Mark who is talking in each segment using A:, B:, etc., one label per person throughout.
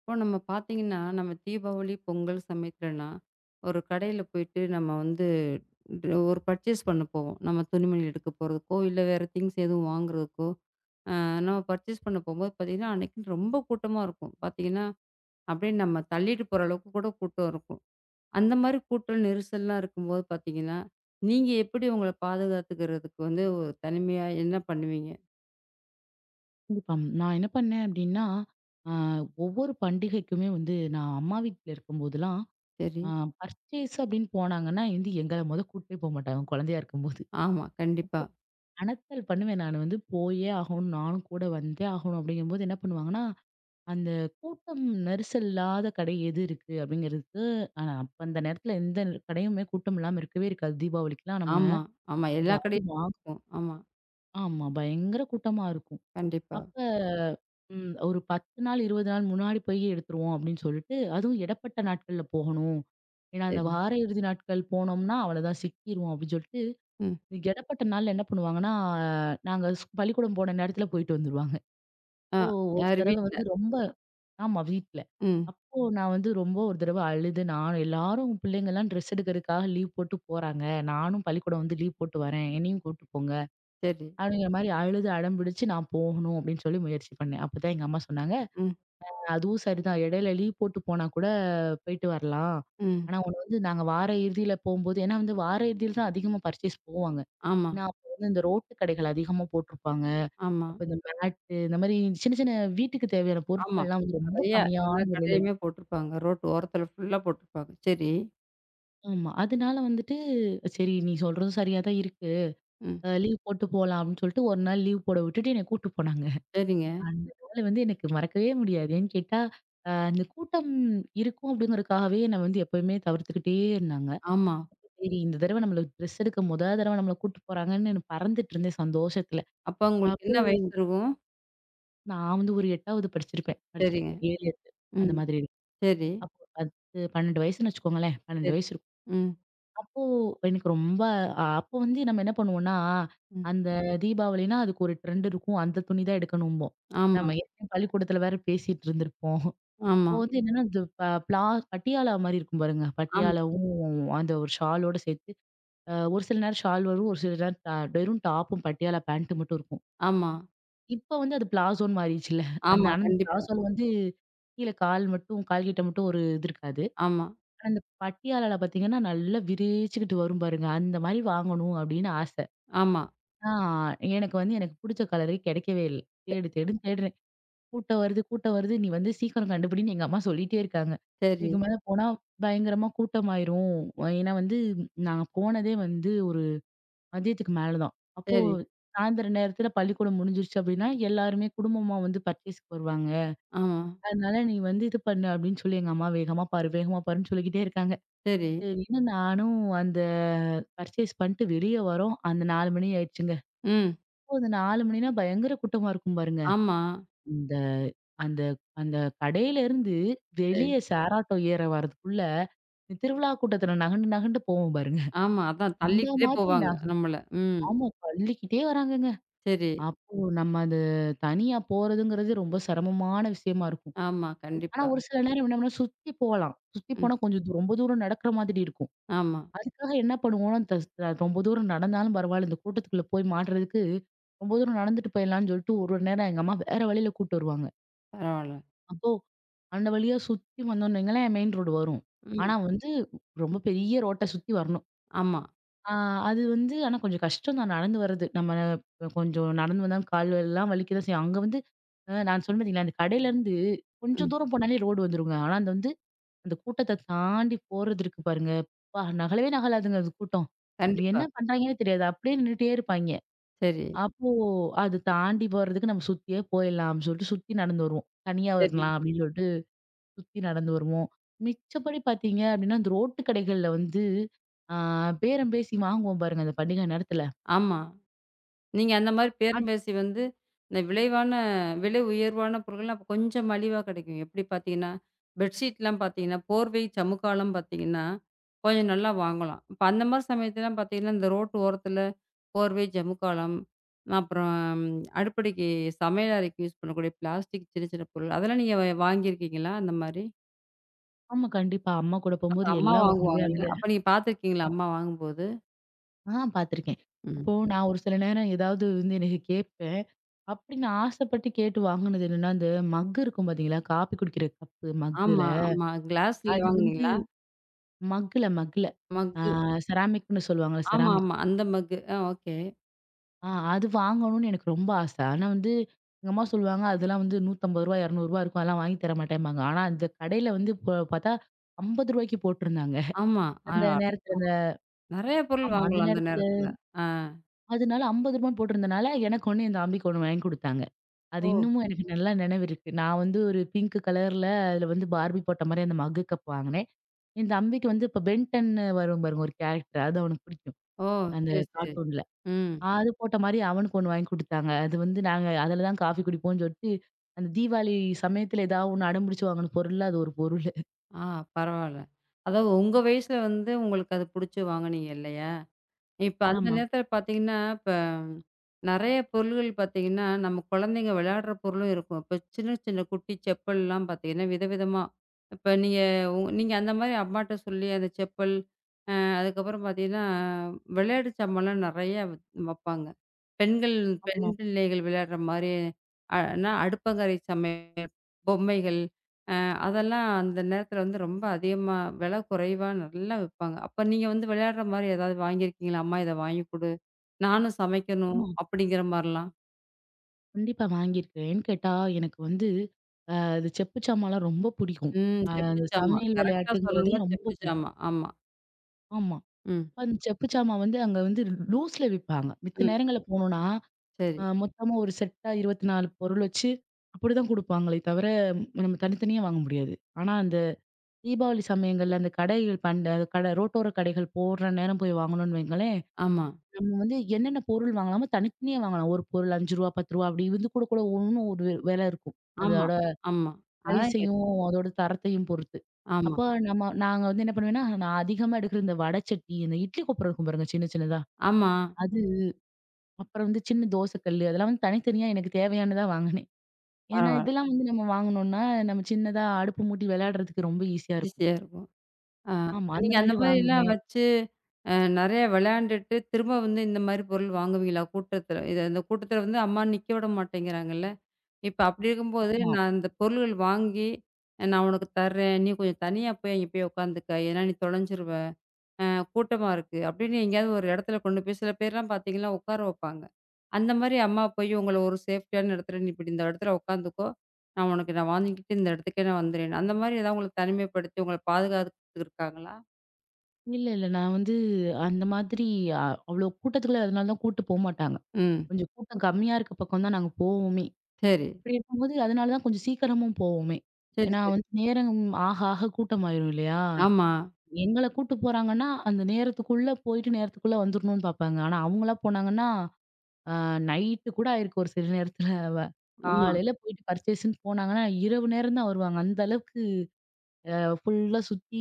A: இப்போ நம்ம பார்த்தீங்கன்னா, நம்ம தீபாவளி, பொங்கல் சமயத்துலலாம் ஒரு கடையில போயிட்டு நம்ம வந்து ஒரு பர்ச்சேஸ் பண்ண போவோம். நம்ம துணிமணி எடுக்க போறதுக்கோ, இல்ல வேற திங்ஸ் எதுவும் வாங்குறதுக்கோ, அ நம்ம பர்ச்சேஸ் பண்ண போம்போது பார்த்தீங்கன்னா, அன்னைக்குன்னு ரொம்ப கூட்டமா இருக்கும். பார்த்தீங்கன்னா, அப்படியே நம்ம தள்ளிட்டு போற அளவுக்கு கூட கூட்டம் இருக்கும். அந்த மாரி கூட்டம் நெரிசல்லாம் இருக்கும்போது பார்த்தீங்கன்னா, நீங்க எப்படி உங்கள பாதுகாத்துக்கிறதுக்கு வந்து ஒரு தனிமையா என்ன பண்ணுவீங்க?
B: கண்டிப்பா. நான் என்ன பண்ணேன் அப்டின்னா, அ ஒவ்வொரு பண்டிகைக்குமே வந்து நான் அம்மா வீட்ல இருக்கும்போதெல்லாம்,
A: சரி.
B: அ பர்ச்சேஸ் அப்டின்னு போனாங்கன்னா, வந்து எங்கள மொத கூட்டிட்டே போமாட்டாங்க குழந்தையா இருக்கும்போது.
A: ஆமா. கண்டிப்பா.
B: அனத்தல் பண்ணுவேன் நானு வந்து போயே ஆகணும், நானும் கூட வந்தே ஆகணும் அப்டிங்கும்போது என்ன பண்ணுவாங்கன்னா, அந்த கூட்டம் நெரிசல் இல்லாத கடை எது இருக்கு அப்டிங்கிறதுக்கு அப்ப அந்த நேரத்துல எந்த கடையுமே கூட்டம் இல்லாம இருக்கவே இருக்காது. தீபாவளிக்குலாம் நம்ம
A: ஆமா, ஆமா. எல்லா
B: ஏதாவது
A: கடையும்
B: வாங்
A: இருக்கும். ஆமா.
B: ஆமா பயங்கர கூட்டமா இருக்கும்.
A: கண்டிப்பா.
B: அப்ப ம். ஒரு 10 நாள், 20 நாள் முன்னாடி போய் எடுத்துருவோம் அப்படின்னு சொல்லிட்டு, அதுவும் இடைப்பட்ட நாட்கள்ல போகணும். ஏன்னா, அந்த
A: சரி.
B: வார இறுதி நாட்கள் போனோம்னா அவ்வளோதான் சிக்கிருவோம் அப்படின்னு சொல்லிட்டு,
A: ம்.
B: இடைப்பட்ட நாள்ல என்ன பண்ணுவாங்கன்னா, நாங்க பள்ளிக்கூடம் போன நேரத்துல போயிட்டு வந்துருவாங்க.
A: ஆ,
B: அப்போ ஒரு
A: யாரு
B: தடவ
A: வீட்ல.
B: வந்து ரொம்ப ஆமா வீட்ல.
A: ம்.
B: அப்போ நான் வந்து ரொம்ப ஒரு தடவ அழுது நானும் எல்லாரும் பிள்ளைங்கலாம் ட்ரெஸ் எடுக்கிறதுக்காக லீவ் போட்டு போறாங்க. நானும் பள்ளிக்கூடம் வந்து லீவ் போட்டு வரேன். என்னையும் கூட்டு போங்க.
A: சரி.
B: அப்படிங்கிற மாரி அழுது அடம் பிடிச்சு நான் போகணும் அப்படின்னு சொல்லி முயற்சி பண்ணேன். அப்பதான் எங்க அம்மா சொன்னாங்க
A: ம்.
B: அதுவும் சரிதான். இடையில லீவ் போட்டு போனா கூட போயிட்டு வரலாம்.
A: ம்.
B: ஆனா ஒண்ணு வந்து நாங்க வார இறுதியில போம்போது ஏன்னா வந்து வார இறுதியில தான் அதிகமா பர்ச்சேஸ் போவாங்க.
A: ஆமா,
B: ஏன்னா அப்ப வந்து இந்த ரோட்டு கடைகள் அதிகமா போட்டிருப்பாங்க.
A: ஆமா,
B: அப்ப இந்த மேட்டு இந்த மாரி சின்ன சின்ன வீட்டுக்கு தேவையான
A: ஆமா.
B: பொருட்கள்லாம் வந்து ரொம்ப
A: நெறையா
B: கம்மியான
A: எல்லா
B: விலையில
A: கடையுமே போட்டிருப்பாங்க. ரோட்டு ஓரத்துல ஃபுல்லா போட்டிருப்பாங்க. சரி.
B: ஆமா. அதனால வந்துட்டு சரி நீ சொல்றதும் சரியா தான் இருக்கு.
A: ம்.
B: லீவ் போட்டு போலாம் அப்படின்னு சொல்லிட்டு ஒரு நாள் லீவ் போட விட்டுட்டு என்னைய கூட்டு போனாங்க.
A: சரிங்க.
B: அந்த நாள் வந்து எனக்கு மறக்கவே முடியாது. ஏன்னு கேட்டா, அந்த கூட்டம் இருக்கும் அப்படிங்கிறதுக்காகவே நான் வந்து எப்பயுமே தவிர்த்துக்கிட்டே இருந்தாங்க.
A: ஆமா.
B: சரி இந்த தடவ நம்மள ட்ரெஸ் எடுக்க மொத தடவ நம்மள கூட்டு போறாங்கன்னு நான் பறந்துட்டு இருந்தேன் சந்தோஷத்துல.
A: அப்ப உங்களுக்கு
B: அப்போ
A: என்ன வயசு இருக்கும்?
B: நான் வந்து ஒரு 8வது படிச்சிருப்பேன்.
A: சரிங்க.
B: படிச்சிட்டுருப்பேன். 7,
A: ம்.
B: 8 அந்த
A: ம்.
B: மாதிரி இருக்கும்.
A: சரி,
B: அப்போ 10, 12 வயசுன்னு வச்சுக்கோங்களேன். 12
A: சரி.
B: வயசு இருக்கும்.
A: ம்.
B: அப்போ எனக்கு ரொம்ப அப்போ வந்து நம்ம என்ன பண்ணுவோம்னா,
A: ம்.
B: அந்த தீபாவளினா அதுக்கு ஒரு ட்ரெண்ட் இருக்கும். அந்த துணி தான் எடுக்கணும்போம்.
A: ஆமா,
B: நம்ம ஏற்கனவே பள்ளிக்கூடத்துல வேற பேசிட்டு இருந்திருப்போம்.
A: ஆமா,
B: அப்போ வந்து என்னன்னா, இந்த ப பிளா பட்டியாலா மாரி இருக்கும் பாருங்க.
A: ஆம்,
B: பட்டியாலாவும் அந்த ஒரு ஷாலோட சேர்த்து ஒரு சில நேரம் ஷால் வரும். ஒரு சில நேரம் வெறும் டாப்பும் பட்டியாலா பேண்ட் மட்டும் இருக்கும்.
A: ஆமா,
B: இப்ப வந்து அது பிளாசோன்னு மாறிடுச்சுல்ல.
A: ஆமா.
B: ஆனா அந்த
A: கண்டிப்பா.
B: பிளாசோல வந்து கீழ கால் மட்டும் கால் கிட்ட மட்டும் ஒரு இது இருக்காது.
A: ஆமா,
B: ஆனா இந்த பட்டியாலால பார்த்தீங்கன்னா, நல்லா விரிச்சுக்கிட்டு வரும் பாருங்க. அந்த மாரி வாங்கணும் அப்படின்னு ஆசை.
A: ஆமா.
B: ஆ எனக்கு புடிச்ச கலரே கிடைக்கவே இல்ல. தேடு தேடுன்னு தேடுறேன். கூட்டம் வருது, கூட்டம் வருது. நீ வந்து சீக்கிரம் கண்டுபிடின்னு எங்க அம்மா சொல்லிட்டே இருக்காங்க.
A: சரி,
B: இதுக்கு மேல போனா பயங்கரமா கூட்டமாயிரும். ஏன்னா வந்து நாங்க போனதே வந்து ஒரு மதியத்துக்கு மேல தான். அப்போ
A: சரி.
B: சாயந்தரம் நேரத்துல பள்ளிக்கூடம் முடிஞ்சிருச்சு அப்படின்னா, எல்லாருமே குடும்பமா வந்து பர்ச்சேஸ்க்கு வருவாங்க.
A: ஆமா.
B: அதனால நீ வந்து இது பண்ணு அப்படின்னு சொல்லி எங்க அம்மா வேகமா பாரு, வேகமா பாருன்னு சொல்லிக்கிட்டே இருக்காங்க.
A: சரி.
B: சரின்னு நானும் அந்த பர்ச்சேஸ் பண்ணிட்டு வெளிய வரோம். அந்த 4 மணி ஆயிடுச்சுங்க.
A: ம்.
B: அப்போ அந்த 4 மணினா பயங்கர கூட்டமா இருக்கும் பாருங்க.
A: ஆமா.
B: இந்த அந்த அந்த கடையிலேருந்து
A: சரி.
B: வெளிய சாராட்டோ ஏற வரதுக்குள்ள, இந்த திருவிழா கூட்டத்துல நகண்டு நகண்டு போவோம் பாருங்க.
A: ஆமா. அதான்
B: அந்த
A: தள்ளிக்கிட்டே
B: மாதிரி ந
A: போவாங்க நம்மள. ம்.
B: ஆமா தள்ளிக்கிட்டே வராங்கங்க.
A: சரி.
B: அப்போ நம்ம அது தனியா போறதுங்கிறது ரொம்ப சிரமமான விஷயமா இருக்கும்.
A: ஆமா,
B: ஆனா
A: கண்டிப்பா.
B: ஒரு சில நேரம் என்ன பண்ணுவோம் சுத்தி போலாம். சுத்தி
A: ம்.
B: போனா கொஞ்சம் ரொம்ப தூரம் நடக்கிற மாதிரி இருக்கும்.
A: ஆமா.
B: அதுக்காக என்ன பண்ணுவோம்னா, தஸ் அ ரொம்ப தூரம் நடந்தாலும் பரவாயில்ல, இந்த கூட்டத்துக்குள்ள போய் மாட்டுறதுக்கு ரொம்ப தூரம் நடந்துட்டு போயிடலாம்னு சொல்லிட்டு ஒரு ஒரு நேரம் எங்க அம்மா வேற வழியில கூட்டு வருவாங்க.
A: பரவால்ல.
B: அப்போ அந்த வழியா சுத்தி வந்தோம்னு வைங்களேன், மெயின் ரோடு வரும்.
A: ம்.
B: ஆனா வந்து ரொம்ப பெரிய ரோட்ட சுத்தி வரணும்.
A: ஆமா.
B: ஆ அது வந்து ஆனா கொஞ்சம் கஷ்டம் தான் நடந்து வர்றது. நம்ம கொஞ்சம் நடந்து வந்தா கால் எல்லாம் வலிக்க தான் செய்யும். அங்க வந்து நான் சொன்னேன் பார்த்தீங்களா, அந்த கடையிலேருந்து கொஞ்சம்
A: ம்.
B: தூரம் போனாலே ரோடு வந்துருங்க. ஆனா அந்த வந்து அந்த கூட்டத்த தாண்டி போறது இருக்கு பாருங்க. அப்பா! நகலவே நகலாதுங்க அது கூட்டம். நம்ம என்ன
A: கண்டிப்பா.
B: பண்றாங்கன்னே தெரியாது. அப்படியே நின்னுட்டே இருப்பாய்ங்க.
A: சரி,
B: அப்போ அது தாண்டி போறதுக்கு நம்ம சுத்தியே போயிடலாம் அப்படின்னு சொல்லிட்டு சுத்தி நடந்து வருவோம். தனியா
A: சரி.
B: வரலாம் அப்படின்னு சொல்லிட்டு. சுத்தி நடந்து வருவோம். மிச்சப்படி பார்த்தீங்க அப்படின்னா, அந்த ரோட்டு கடைகள்ல வந்து ஆ பேரம் பேசி வாங்குவோம் பாருங்க, அந்த பண்டிகை நேரத்துல.
A: ஆமா. நீங்க அந்த மாரி
B: அது
A: பேரம் பேசி வந்து, இந்த விளைவான விலை உயர்வான பொருட்கள்லாம் அப்ப கொஞ்சம் மலிவா கிடைக்கும். எப்படி பார்த்தீங்கன்னா, பெட்ஷீட்லாம் பார்த்தீங்கன்னா, போர்வை, சமுக்காலாம் பார்த்தீங்கன்னா, கொஞ்சம் நல்லா வாங்கலாம். இப்ப அந்த மாரி சமயத்துலலாம் பார்த்தீங்கன்னா, இந்த ரோட்டு ஓரத்துல போர்வை, ஜமுக்காளம், அப்புறம் அடுப்படிக்கு சமையல் அறைக்கு யூஸ் பண்ணக்கூடிய பிளாஸ்டிக் சின்ன சின்ன பொருள், அதெல்லாம் நீங்க வாங்கியிருக்கீங்களா அந்த மாரி?
B: ஆமா, கண்டிப்பா. அம்மா கூட
A: அப்ப
B: போம்போது
A: அம்மா
B: எல்லாம் வாங்குவேன்
A: வாங்குவாங்கல்ல.
B: அதுல.
A: அப்ப நீங்க பார்த்துருக்கீங்களா அம்மா வாங்கும்போது?
B: பார்த்துருக்கேன்.
A: ம்.
B: அப்போ நான் ஒரு சில நேரம் ஏதாவது வந்து எனக்கு கேட்பேன். அப்படி நான் ஆசைப்பட்டு கேட்டு வாங்குனது என்னன்னா, அந்த மக் இருக்கும் பார்த்தீங்களா? காப்பி குடிக்கிற கப்பு மக்குல.
A: ஆமா, ஆமா. கிளாஸ்ல
B: அது வந்து
A: வாங்குனீங்களா?
B: மக்குல மக்குல. ஆ
A: மக்கு.
B: செராமிக்ன்னு சொல்லுவாங்கல்ல,
A: ஆமா,
B: செராமிக்.
A: ஆமா. அந்த மக்கு. ஆ, ஓகே.
B: அது வாங்கணும்னு எனக்கு ரொம்ப ஆசை. ஆனா வந்து எங்க அம்மா சொல்லுவாங்க, "அதெல்லாம் வந்து ரூ. 150, ரூ. 200 இருக்கும். அதெல்லாம் வாங்கி தர மாட்டேம்பாங்க." ஆனா அந்த கடையில வந்து பார்த்தா ரூ. 50 போட்டிருந்தாங்க.
A: ஆமா. ஆ,
B: அந்த
A: ஆமா.
B: நேரத்துல அந்த
A: நெறைய பொருள்
B: அந்த
A: வாங்கலாம் அந்த
B: நேரத்துல
A: நேரத்துல. ஆ.
B: அதனால ரூ. 50 போட்டிருந்தனால எனக்கு 1 என் தம்பிக்கு 1 வாங்கி குடுத்தாங்க. அது
A: ஓ!
B: இன்னமும் எனக்கு நல்லா நினைவு இருக்கு. நான் வந்து ஒரு பிங்க் கலர்ல அதுல வந்து பார்பி போட்ட மாரி அந்த மக்கு கப் வாங்கினேன். என் தம்பிக்கு வந்து இப்ப பென்டன்னு வரும் பாருங்க ஒரு கேரக்டர். அது அவனுக்கு பிடிக்கும்.
A: ஓ!
B: அந்த
A: சரி, சரி.
B: கார்ட்டூன்ல.
A: ம்.
B: அது போட்ட மாரி அவனுக்கு ஒண்ணு வாங்கி குடுத்தாங்க. அது வந்து நாங்க அதுல தான் காஃபி குடிப்போம்ன்னு சொல்லிட்டு, அந்த தீபாவளி சமயத்துல ஏதாவது ஒண்ணு அடம்பிடிச்சு வாங்குன பொருள்ல அது ஒரு பொருளு.
A: ஆ, பரவால்ல. அதாவது உங்க வயசுல வந்து உங்களுக்கு அது புடிச்சு வாங்குனீங்க இல்லையா? இப்ப அந்த
B: ஆமா,
A: நேரத்துல பார்த்தீங்கன்னா, இப்ப நெறைய பொருள்கள் பார்த்தீங்கன்னா, நம்ம குழந்தைங்க விளையாடுற பொருளும் இருக்கும். இப்ப சின்ன சின்ன குட்டி செப்பல்லாம் பார்த்தீங்கன்னா, விதவிதமா இப்ப நீங்க நீங்க அந்த மாரி அம்மாட்ட சொல்லி அந்த செப்பல், அதுக்கப்புறம் பார்த்தீங்கன்னா, விளையாட்டு சாமான்லாம் நெறைய வப்பாங்க. பெண்கள் பெண்
B: ஆமா,
A: பிள்ளைகள் விளையாடுற மாரி, அ நான் அடுப்பங்கரை சமை பொம்மைகள். அ அதெல்லாம் அந்த நேரத்தில வந்து ரொம்ப அதிகமா விலை குறைவா நல்லா விப்பாங்க. அப்ப நீங்க வந்து விளையாடுற மாரி ஏதாவது வாங்கியிருக்கீங்களா? "அம்மா இத வாங்கி குடு. நானும் சமைக்கணும்."
B: ஆமா.
A: அப்படிங்கிற மாரிலாம்?
B: கண்டிப்பா வாங்கியிருக்கேன். ஏன்னு கேட்டா, எனக்கு வந்து அது செப்பு சாமான்லாம் ரொம்ப பிடிக்கும்.
A: ம். செப்பு
B: அந்த
A: சாமா.
B: சமையல்
A: கரெக்ட்டா
B: விளையாட்டுங்கிறதே
A: சொல்லணும்னா
B: ரொம்ப
A: செப்பு
B: பிடிக்கும்.
A: சாமா. ஆமா.
B: ஆமா.
A: ம்.
B: அந்த செப்பு சாமான் வந்து அங்க வந்து லூஸ்ல விப்பாங்க. மித்த
A: ம்.
B: நேரங்கள்ல போனோம்னா,
A: சரி.
B: மொத்தமா ஒரு செட்டா 24 பொருள் வச்சு அப்படிதான் குடுப்பாங்களே தவிர, நம்ம தனித்தனியா வாங்க முடியாது. ஆனா தீபாவளி சமயங்கள்ல அந்த கடைகள் கடை ரோட்டோர கடைகள் போடுற நேரம் போய் வாங்கணும்னு வைங்களேன்,
A: ஆமா.
B: நம்ம வந்து என்னென்ன பொருள் வாங்கலாமோ தனித்தனியா வாங்கலாம். ஒரு பொருள் ரூ. 5, ரூ. 10 அப்படி வந்து கூட கூட ஒவ்வொன்னும் ஒரு விலை இருக்கும்.
A: ஆமா.
B: அதோட
A: ஆமா. அதான்
B: பிரைஸையும், அதோட தரத்தையும் பொறுத்து.
A: ஆமா.
B: அப்போ நாங்க வந்து என்ன பண்ணுவேன்னா, நான் அதிகமா எடுக்கிற இந்த வடச்சட்டி, இந்த இட்லி கொப்பரம் இருக்கும் பாருங்க சின்ன சின்னதா.
A: ஆமா.
B: அது அப்புறம் வந்து சின்ன தோசை கல்லு அதெல்லாம் வந்து தனித்தனியா எனக்கு தேவையானதா வாங்கினேன். ஏன்னா
A: பரவால்ல.
B: இதெல்லாம் வந்து நம்ம வாங்கனோம்னா, நம்ம சின்னதா அடுப்பு மூட்டி விளையாடுறதுக்கு ரொம்ப ஈஸியா இருக்கும்.
A: ஈஸியா இருக்கும். ஆ.
B: ஆமா அந்த
A: நீங்க அந்த
B: மாதிரி
A: மாரிலாம்
B: வாங்குவேன்.
A: வச்சு, நெறைய விளையாண்டுட்டு, திரும்ப வந்து இந்த மாரி பொருள் வாங்குவீங்களா? கூட்டத்தில இந்த கூட்டத்தில வந்து அம்மா நிக்க விட மாட்டேங்கிறாங்கல்ல. இப்ப அப்படி இருக்கும்போது,
B: ஆமா.
A: நான் இந்த பொருள்கள் வாங்கி, நான் உனக்கு தர்றேன். நீ கொஞ்சம் தனியா போய் அங்க போய் உட்காந்துக்க. ஏன்னா நீ தொலைஞ்சிருவ. அ கூட்டமா இருக்கு. அப்படின்னு எங்கேயாவது ஒரு இடத்துல கொண்டு போய் சில பேர்லாம் பார்த்தீங்கன்னா, உட்கார வைப்பாங்க. அந்த மாரி அம்மா போய் உங்கள ஒரு சேஃப்டியான இடத்துல, "நீ இப்படி இந்த இடத்துல உட்காந்துக்கோ. நான் உனக்கு வாங்கிக்கிட்டு இந்த இடத்துக்கே நான் வந்துடுறேன்." அந்த மாரி ஏதாவது உங்கள தனிமைப்படுத்தி, உங்கள பாதுகாத்துக்கிட்டு இருக்காங்களா?
B: இல்ல, இல்ல. நான் வந்து அந்த மாதிரி அ அவ்ளோ கூட்டத்துக்குள்ள அதனால தான் கூட்டு போமாட்டாங்க.
A: ம்.
B: கொஞ்சம் கூட்டம் கம்மியா இருக்க பக்கம் தான் நாங்க போவோமே.
A: சரி.
B: இப்டி இருக்கும்போது அதனால தான் கொஞ்சம் சீக்கிரமும் போவோமே.
A: சரி,
B: ஏன்னா
A: சரி.
B: வந்து நேரம் ஆக, ஆக கூட்டமாயிரும் இல்லையா?
A: ஆமா,
B: எங்கள கூட்டு போறாங்கன்னா, அந்த நேரத்துக்குள்ள போயிட்டு நேரத்துக்குள்ள வந்துரணும்னு பாப்பாங்க. ஆனா அவங்களா போனாங்கன்னா, அ நைட்டு கூட ஆயிருக்கு ஒரு சில நேரத்துல. வ
A: ஆமா.
B: காலையில போயிட்டு பர்ச்சேஸ்ன்னு போனாங்கன்னா, இரவு நேரம் தான் வருவாங்க. அந்த அளவுக்கு ஃபுல்லா சுத்தி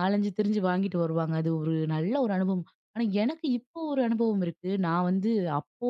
B: நாலஞ்சு திரிஞ்சு வாங்கிட்டு வருவாங்க. அது ஒரு நல்ல ஒரு அனுபவம். ஆனா எனக்கு இப்போ ஒரு அனுபவம் இருக்கு. நான் வந்து அப்போ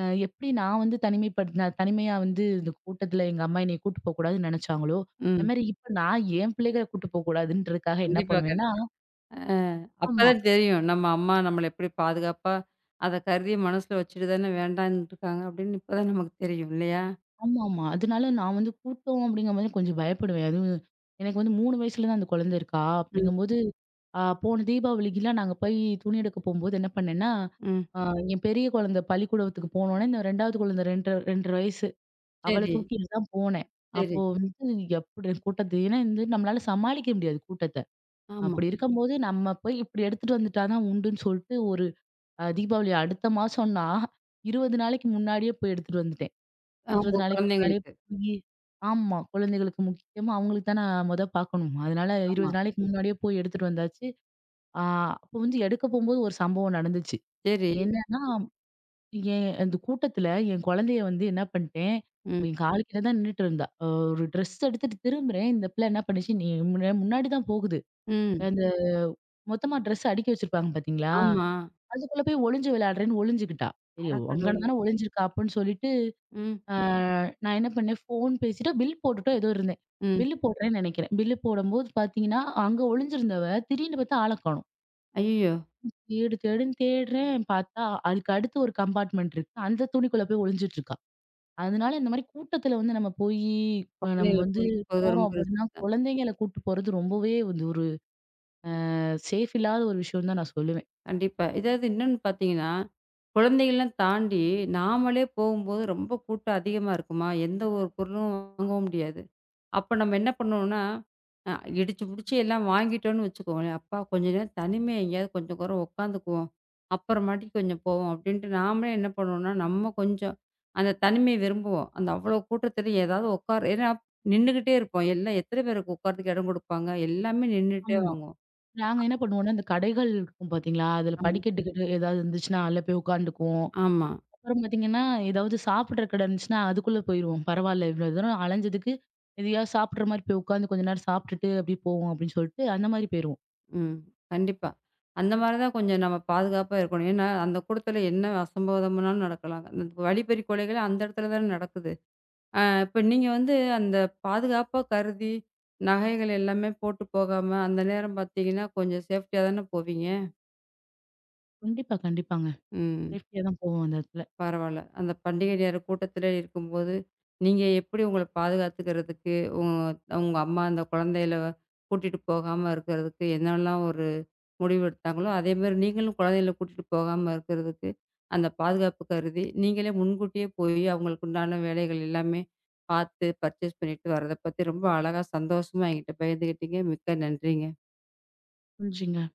B: எப்படி நான் வந்து நான் தனிமையா வந்து இந்த கூட்டத்துல எங்க அம்மா என்னைய கூட்டு போக்கூடாதுன்னு நெனச்சாங்களோ, அது
A: ம்.
B: மாரி இப்ப நான் என் பிள்ளைகள கூட்டு போக்கூடாதுன்றதுக்காக என்ன
A: கண்டிப்பா,
B: பண்ணுவேன்னா
A: கண்டிப்பா. அ
B: ஆமா.
A: அப்பதான் தெரியும். நம்ம அம்மா நம்மள எப்படி பாதுகாப்பா அத கருதி மனசுல வச்சுட்டு தானே வேண்டான்ட்டுருக்காங்க அப்படின்னு இப்பதான் நமக்கு தெரியும் இல்லையா?
B: ஆமாமா. அதனால நான் வந்து கூட்டம் அப்படிங்கிற மாரி கொஞ்சம் பயப்படுவேன். அதுவும் எனக்கு வந்து 3 வயசுல தான் அந்த குழந்தை இருக்கா.
A: ம்,
B: அப்படிங்கும்போது, போன தீபாவளிக்குலாம் நாங்க போய் துணி எடுக்க போம்போது என்ன பண்ணேன்னா,
A: ம்.
B: அ என் பெரிய குழந்தை பள்ளிக்கூடத்துக்கு போனோனே, இந்த 2வது குழந்தை 2 1/2 வயசு. அவள
A: சரி,
B: தூக்கிட்டு தான் போனேன்.
A: சரி.
B: அப்போ வந்து எப்படி கூட்டத்து ஏன்னா வந்து நம்மளால சமாளிக்க முடியாது கூட்டத்த.
A: ஆமா.
B: அப்படி இருக்கும்போது நம்ம போய் இப்படி எடுத்துட்டு வந்துட்டா தான் உண்டுன்னு சொல்லிட்டு ஒரு தீபாவளி அடுத்த மாசம்னா 20 நாளைக்கு முன்னாடியே போய் எடுத்துட்டு வந்துட்டேன்.
A: அ,
B: 20
A: உங்க
B: நாளைக்கு முன்னாடியே
A: குழந்தைங்களுக்கு.
B: போயி ஆமா. குழந்தைகளுக்கு முக்கியமா அவங்களுக்கு தான மொத பாக்கணும். அதனால
A: ஆமா.
B: 20 நாளைக்கு முன்னாடியே போய் எடுத்துட்டு வந்தாச்சு. ஆ அப்போ வந்து எடுக்க போம்போது ஒரு சம்பவம் நடந்துச்சு.
A: சரி.
B: என்னன்னா, அந்த கூட்டத்துல என் குழந்தைய வந்து என்ன பண்ணிட்டேன்,
A: ம்,
B: என் காலு கீழ தான் நின்னுட்டு இருந்தா. ஒரு ட்ரெஸ் எடுத்துட்டு திரும்புறேன். இந்த பிள்ள என்ன பண்ணுச்சு, நீ முன்ன முன்னாடி தான் போகுது.
A: ம்.
B: அந்த மொத்தமா ட்ரெஸ் அடுக்கி வச்சிருப்பாங்க பாத்தீங்களா?
A: ஆமா.
B: அதுக்குள்ள போய் ஒளிஞ்சு விளையாடுறேன்னு ஒளிஞ்சுகிட்டா. சரி,
A: அட
B: அங்கன
A: கடவுளே!
B: தானே ஒளிஞ்சிருக்கா அப்புட்ன்னு சொல்லிட்டு
A: ம்,
B: ஆ நான் என்ன பண்ணேன், ஃபோன் பேசிட்டோ, பில் போட்டுட்டோ ஏதோ இருந்தேன்.
A: ம்.
B: பில்லு போடுறேன்னு நெனைக்கிறேன். பில்லு போடும்போது பார்த்தீங்கன்னா, அங்க ஒளிஞ்சிருந்தவ திடீர்னு பார்த்தா ஆள காணோம்.
A: ஐயய்யோ!
B: தேடு தேடுன்னு தேடுறேன். பார்த்தா அதுக்கு அடுத்து ஒரு கம்பார்ட்மெண்ட் இருக்கு. அந்த துணிக்குள்ள போய் ஒளிஞ்சிட்டு இருக்கா. அதனால இந்த மாரி கூட்டத்துல வந்து நம்ம போயி அ நம்ம
A: குழந்தைகள
B: வந்து
A: கூட்டிட்டு போறது
B: போறோம்
A: ரொம்ப
B: அப்படின்னா, குழந்தைங்கள கூட்டு போறது ரொம்பவே வந்து ஒரு சேஃப் இல்லாத ஒரு விஷயம்னு தான் நான் சொல்லுவேன்.
A: கண்டிப்பா. இதாவது இன்னொன்னு பார்த்தீங்கன்னா, குழந்தைகள்லாம் தாண்டி நாமளே போகும்போது ரொம்ப கூட்டம் அதிகமா இருக்குமா, எந்த ஒரு பொருளும் வாங்கவும் முடியாது. அப்ப நம்ம என்ன பண்ணுவோம்னா, அ இடிச்சு புடிச்சு எல்லாம் வாங்கிட்டோம்னு வச்சுக்கோங்களேன், "அப்பா கொஞ்ச நேரம் தனிமையா எங்கேயாவது கொஞ்சம் நேரம் உட்காந்துக்குவோம். அப்புறமாட்டி கொஞ்சம் போவோம்." அப்படின்ட்டு நாமளே என்ன பண்ணுவோம்னா, நம்ம கொஞ்சம் அந்த தனிமையை விரும்புவோம். அந்த அவ்வளோ கூட்டத்தில ஏதாவது ஏன்னா நின்னுகிட்டே இருப்போம். எல்லாம் எத்தன பேருக்கு உட்கார்றதுக்கு இடம் குடுப்பாங்க? எல்லாமே நின்னுட்டே
B: ஆமா.
A: வாங்குவோம்.
B: நாங்க என்ன பண்ணுவோம்னா, இந்த கடைகள் இருக்கும் பார்த்தீங்களா, அதுல
A: ஆமா.
B: படிக்கட்டுக்கிட்டு ஏதாவது இருந்துச்சுன்னா, அதுல போய் உட்காந்துக்குவோம்.
A: ஆமா.
B: அப்புறம் பாத்தீங்கன்னா, ஏதாவது சாப்பிடுற கடை இருந்துச்சுன்னா, அதுக்குள்ள போயிருவோம். பரவால்ல இவ்ளோ தூரம் அலைஞ்சதுக்கு, எதையாவது சாப்பிடுற மாரி போய் உட்காந்து கொஞ்ச நேரம் சாப்பிட்டுட்டு, அப்படியே போவோம் அப்படின்னு சொல்லிட்டு, அந்த மாரி போயிருவோம்.
A: ம். கண்டிப்பா. அந்த மாரி தான் கொஞ்சம் நம்ம பாதுகாப்பா இருக்கணும். ஏன்னா, அந்த கூட்டத்துல என்ன அசம்பாவிதம்னாலும் நடக்கலாம். அந்த வழிப்பறி கொலைகள் அந்த இடத்துல தானே நடக்குது. இப்ப நீங்க வந்து அந்த பாதுகாப்பா கருதி, நகைகள் எல்லாமே போட்டு போகாம, அந்த நேரம் பாத்தீங்கன்னா, கொஞ்சம் சேஃப்டியா தானே போவீங்க?
B: கண்டிப்பா, கண்டிப்பாங்க.
A: ம்.
B: சேஃப்டியா தான் போவோம் அந்த இடத்துல.
A: பரவால்ல. அந்த பண்டிகை நேர கூட்டத்திலே இருக்கும்போது, நீங்க எப்படி உங்கள பாதுகாத்துக்கிறதுக்கு, உங்க உங்க அம்மா அந்த குழந்தைகள கூட்டிட்டு போகாம இருக்கிறதுக்கு என்னலாம் ஒரு முடிவு எடுத்தாங்களோ, அதேமாரி நீங்களும் குழந்தைகள கூட்டிட்டு போகாம இருக்கிறதுக்கு, அந்த பாதுகாப்பு கருதி, நீங்களே முன்கூட்டியே போயி அவங்களுக்கு உண்டான வேலைகள் எல்லாமே பார்த்து பர்ச்சேஸ் பண்ணிட்டு வர்றத பத்தி ரொம்ப அழகா சந்தோஷமா என்கிட்ட பகிர்ந்துக்கிட்டீங்க. மிக்க நன்றிங்க.
B: சொல்லுங்க.